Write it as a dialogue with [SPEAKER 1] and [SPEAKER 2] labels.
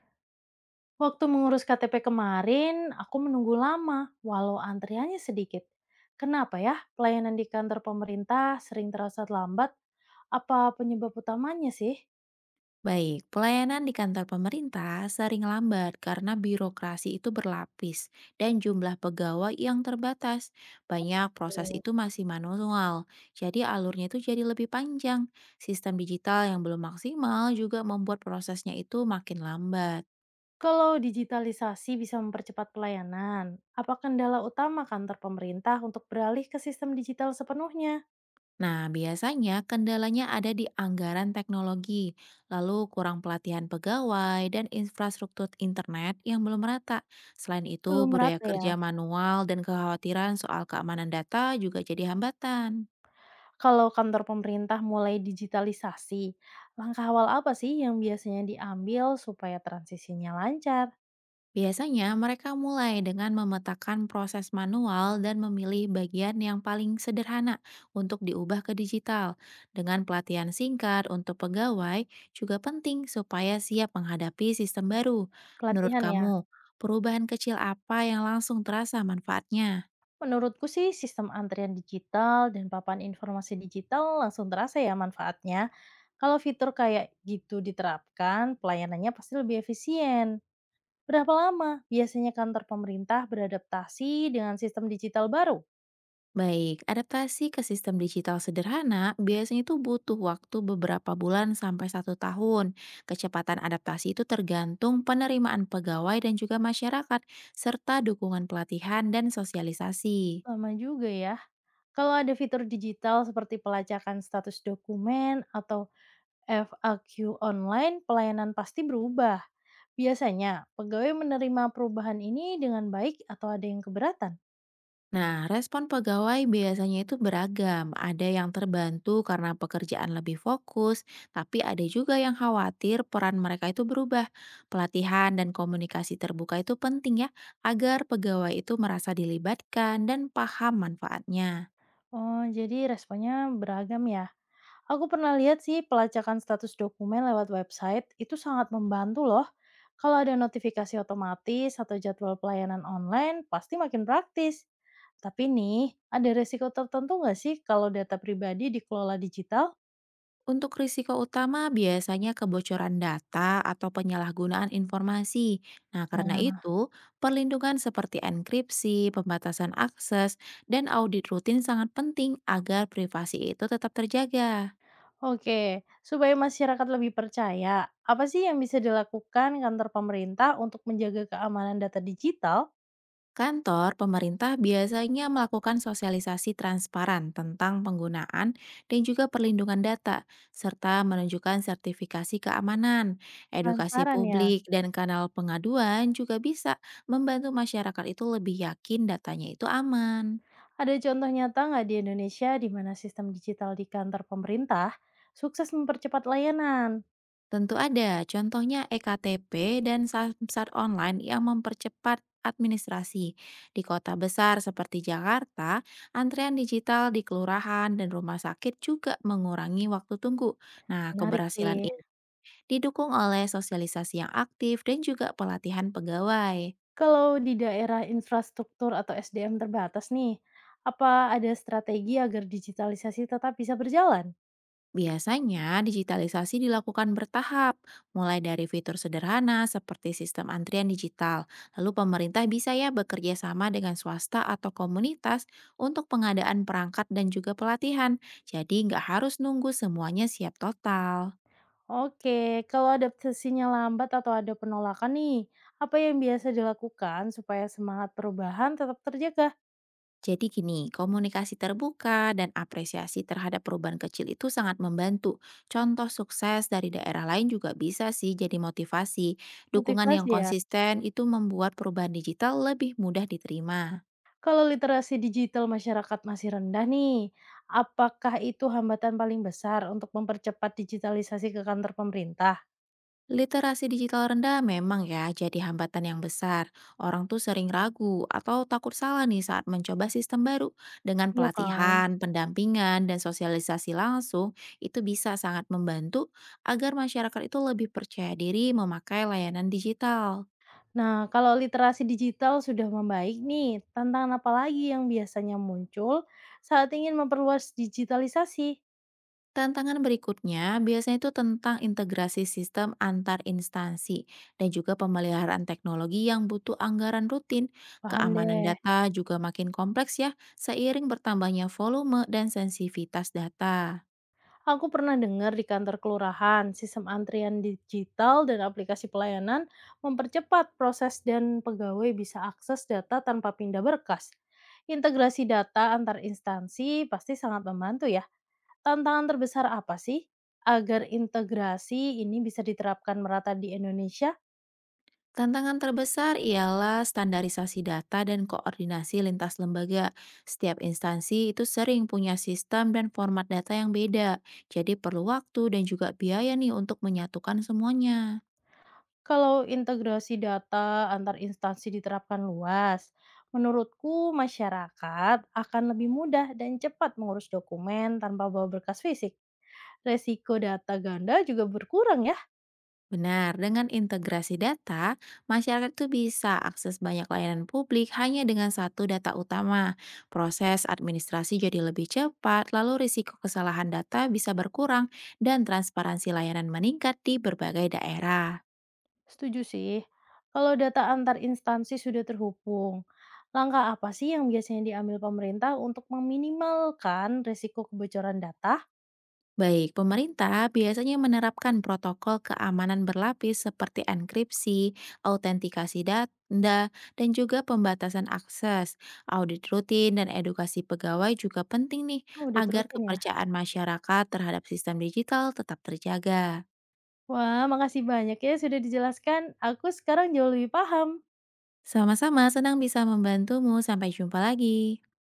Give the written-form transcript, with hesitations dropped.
[SPEAKER 1] Waktu mengurus KTP kemarin, aku menunggu lama, walau antriannya sedikit. Kenapa ya pelayanan di kantor pemerintah sering terasa lambat? Apa penyebab utamanya sih?
[SPEAKER 2] Baik, pelayanan di kantor pemerintah sering lambat karena birokrasi itu berlapis dan jumlah pegawai yang terbatas. Banyak proses
[SPEAKER 1] Oh.
[SPEAKER 2] itu masih manual, jadi alurnya itu jadi lebih panjang. Sistem digital yang belum maksimal juga membuat prosesnya itu makin lambat.
[SPEAKER 1] Kalau digitalisasi bisa mempercepat pelayanan, apa kendala utama kantor pemerintah untuk beralih ke sistem digital sepenuhnya?
[SPEAKER 2] Nah, biasanya kendalanya ada di anggaran teknologi, lalu kurang pelatihan pegawai, dan infrastruktur internet yang belum merata. Selain itu,
[SPEAKER 1] Belum
[SPEAKER 2] budaya
[SPEAKER 1] merata ya.
[SPEAKER 2] kerja manual dan kekhawatiran soal keamanan data juga jadi hambatan.
[SPEAKER 1] Kalau kantor pemerintah mulai digitalisasi, langkah awal apa sih yang biasanya diambil supaya transisinya lancar?
[SPEAKER 2] Biasanya mereka mulai dengan memetakan proses manual dan memilih bagian yang paling sederhana untuk diubah ke digital. Dengan pelatihan singkat untuk pegawai juga penting supaya siap menghadapi sistem baru. Menurut
[SPEAKER 1] Pelatihan ya.
[SPEAKER 2] kamu, perubahan kecil apa yang langsung terasa manfaatnya?
[SPEAKER 1] Menurutku sih sistem antrian digital dan papan informasi digital langsung terasa ya manfaatnya. Kalau fitur kayak gitu diterapkan, pelayanannya pasti lebih efisien. Berapa lama biasanya kantor pemerintah beradaptasi dengan sistem digital baru?
[SPEAKER 2] Baik, adaptasi ke sistem digital sederhana biasanya itu butuh waktu beberapa bulan sampai satu tahun. Kecepatan adaptasi itu tergantung penerimaan pegawai dan juga masyarakat, serta dukungan pelatihan dan sosialisasi.
[SPEAKER 1] Lama juga ya. Kalau ada fitur digital seperti pelacakan status dokumen atau FAQ online, pelayanan pasti berubah. Biasanya, pegawai menerima perubahan ini dengan baik atau ada yang keberatan?
[SPEAKER 2] Nah, respon pegawai biasanya itu beragam. Ada yang terbantu karena pekerjaan lebih fokus, tapi ada juga yang khawatir peran mereka itu berubah. Pelatihan dan komunikasi terbuka itu penting ya, agar pegawai itu merasa dilibatkan dan paham manfaatnya.
[SPEAKER 1] Oh, jadi responnya beragam ya. Aku pernah lihat sih pelacakan status dokumen lewat website itu sangat membantu loh. Kalau ada notifikasi otomatis atau jadwal pelayanan online, pasti makin praktis. Tapi nih, ada resiko tertentu nggak sih kalau data pribadi dikelola digital?
[SPEAKER 2] Untuk risiko utama biasanya kebocoran data atau penyalahgunaan informasi. Nah, karena
[SPEAKER 1] Nah,
[SPEAKER 2] itu, perlindungan seperti enkripsi, pembatasan akses, dan audit rutin sangat penting agar privasi itu tetap terjaga.
[SPEAKER 1] oke. Supaya masyarakat lebih percaya, apa sih yang bisa dilakukan kantor pemerintah untuk menjaga keamanan data digital?
[SPEAKER 2] Kantor pemerintah biasanya melakukan sosialisasi transparan tentang penggunaan dan juga perlindungan data, serta menunjukkan sertifikasi keamanan. Edukasi
[SPEAKER 1] Transparan ya.
[SPEAKER 2] publik dan kanal pengaduan juga bisa membantu masyarakat itu lebih yakin datanya itu aman.
[SPEAKER 1] Ada contoh nyata nggak di Indonesia di mana sistem digital di kantor pemerintah sukses mempercepat layanan?
[SPEAKER 2] Tentu ada, contohnya eKTP dan samsat online yang mempercepat administrasi. Di kota besar seperti Jakarta, antrean digital di kelurahan dan rumah sakit juga mengurangi waktu tunggu. Nah,
[SPEAKER 1] Menarik
[SPEAKER 2] keberhasilan
[SPEAKER 1] sih.
[SPEAKER 2] ini didukung oleh sosialisasi yang aktif dan juga pelatihan pegawai.
[SPEAKER 1] Kalau di daerah infrastruktur atau SDM terbatas nih, apa ada strategi agar digitalisasi tetap bisa berjalan?
[SPEAKER 2] Biasanya, digitalisasi dilakukan bertahap, mulai dari fitur sederhana seperti sistem antrian digital. Lalu pemerintah bisa ya bekerja sama dengan swasta atau komunitas untuk pengadaan perangkat dan juga pelatihan. Jadi nggak harus nunggu semuanya siap total.
[SPEAKER 1] Oke, kalau adaptasinya lambat atau ada penolakan nih, apa yang biasa dilakukan supaya semangat perubahan tetap terjaga?
[SPEAKER 2] Jadi gini, komunikasi terbuka dan apresiasi terhadap perubahan kecil itu sangat membantu. Contoh sukses dari daerah lain juga bisa sih jadi motivasi. Dukungan yang
[SPEAKER 1] Motivasi ya?
[SPEAKER 2] konsisten itu membuat perubahan digital lebih mudah diterima.
[SPEAKER 1] Kalau literasi digital masyarakat masih rendah nih, apakah itu hambatan paling besar untuk mempercepat digitalisasi ke kantor pemerintah?
[SPEAKER 2] Literasi digital rendah memang ya jadi hambatan yang besar. Orang tuh sering ragu atau takut salah nih saat mencoba sistem baru. Dengan
[SPEAKER 1] Iya kan?
[SPEAKER 2] pelatihan, pendampingan, dan sosialisasi langsung, itu bisa sangat membantu agar masyarakat itu lebih percaya diri memakai layanan digital.
[SPEAKER 1] Nah, kalau literasi digital sudah membaik nih, tantangan apa lagi yang biasanya muncul saat ingin memperluas digitalisasi?
[SPEAKER 2] Tantangan berikutnya biasanya itu tentang integrasi sistem antar instansi dan juga pemeliharaan teknologi yang butuh anggaran rutin.
[SPEAKER 1] Paham
[SPEAKER 2] Keamanan
[SPEAKER 1] deh.
[SPEAKER 2] data juga makin kompleks ya, seiring bertambahnya volume dan sensitivitas data.
[SPEAKER 1] Aku pernah dengar di kantor kelurahan, sistem antrian digital dan aplikasi pelayanan mempercepat proses dan pegawai bisa akses data tanpa pindah berkas. Integrasi data antar instansi pasti sangat membantu ya. Tantangan terbesar apa sih agar integrasi ini bisa diterapkan merata di Indonesia?
[SPEAKER 2] Tantangan terbesar ialah standarisasi data dan koordinasi lintas lembaga. Setiap instansi itu sering punya sistem dan format data yang beda, jadi perlu waktu dan juga biaya nih untuk menyatukan semuanya.
[SPEAKER 1] Kalau integrasi data antar instansi diterapkan luas, menurutku masyarakat akan lebih mudah dan cepat mengurus dokumen tanpa bawa berkas fisik. Resiko data ganda juga berkurang ya.
[SPEAKER 2] Benar, dengan integrasi data, masyarakat itu bisa akses banyak layanan publik hanya dengan satu data utama. Proses administrasi jadi lebih cepat, lalu risiko kesalahan data bisa berkurang, dan transparansi layanan meningkat di berbagai daerah.
[SPEAKER 1] Setuju sih. Kalau data antar instansi sudah terhubung, langkah apa sih yang biasanya diambil pemerintah untuk meminimalkan resiko kebocoran data?
[SPEAKER 2] Baik, pemerintah biasanya menerapkan protokol keamanan berlapis seperti enkripsi, autentikasi data, dan juga pembatasan akses. Audit rutin dan edukasi pegawai juga penting nih
[SPEAKER 1] Oh, udah
[SPEAKER 2] agar
[SPEAKER 1] terutin ya.
[SPEAKER 2] kepercayaan masyarakat terhadap sistem digital tetap terjaga.
[SPEAKER 1] Wah, makasih banyak ya sudah dijelaskan. Aku sekarang jauh lebih paham.
[SPEAKER 2] Sama-sama, senang bisa membantumu. Sampai jumpa lagi.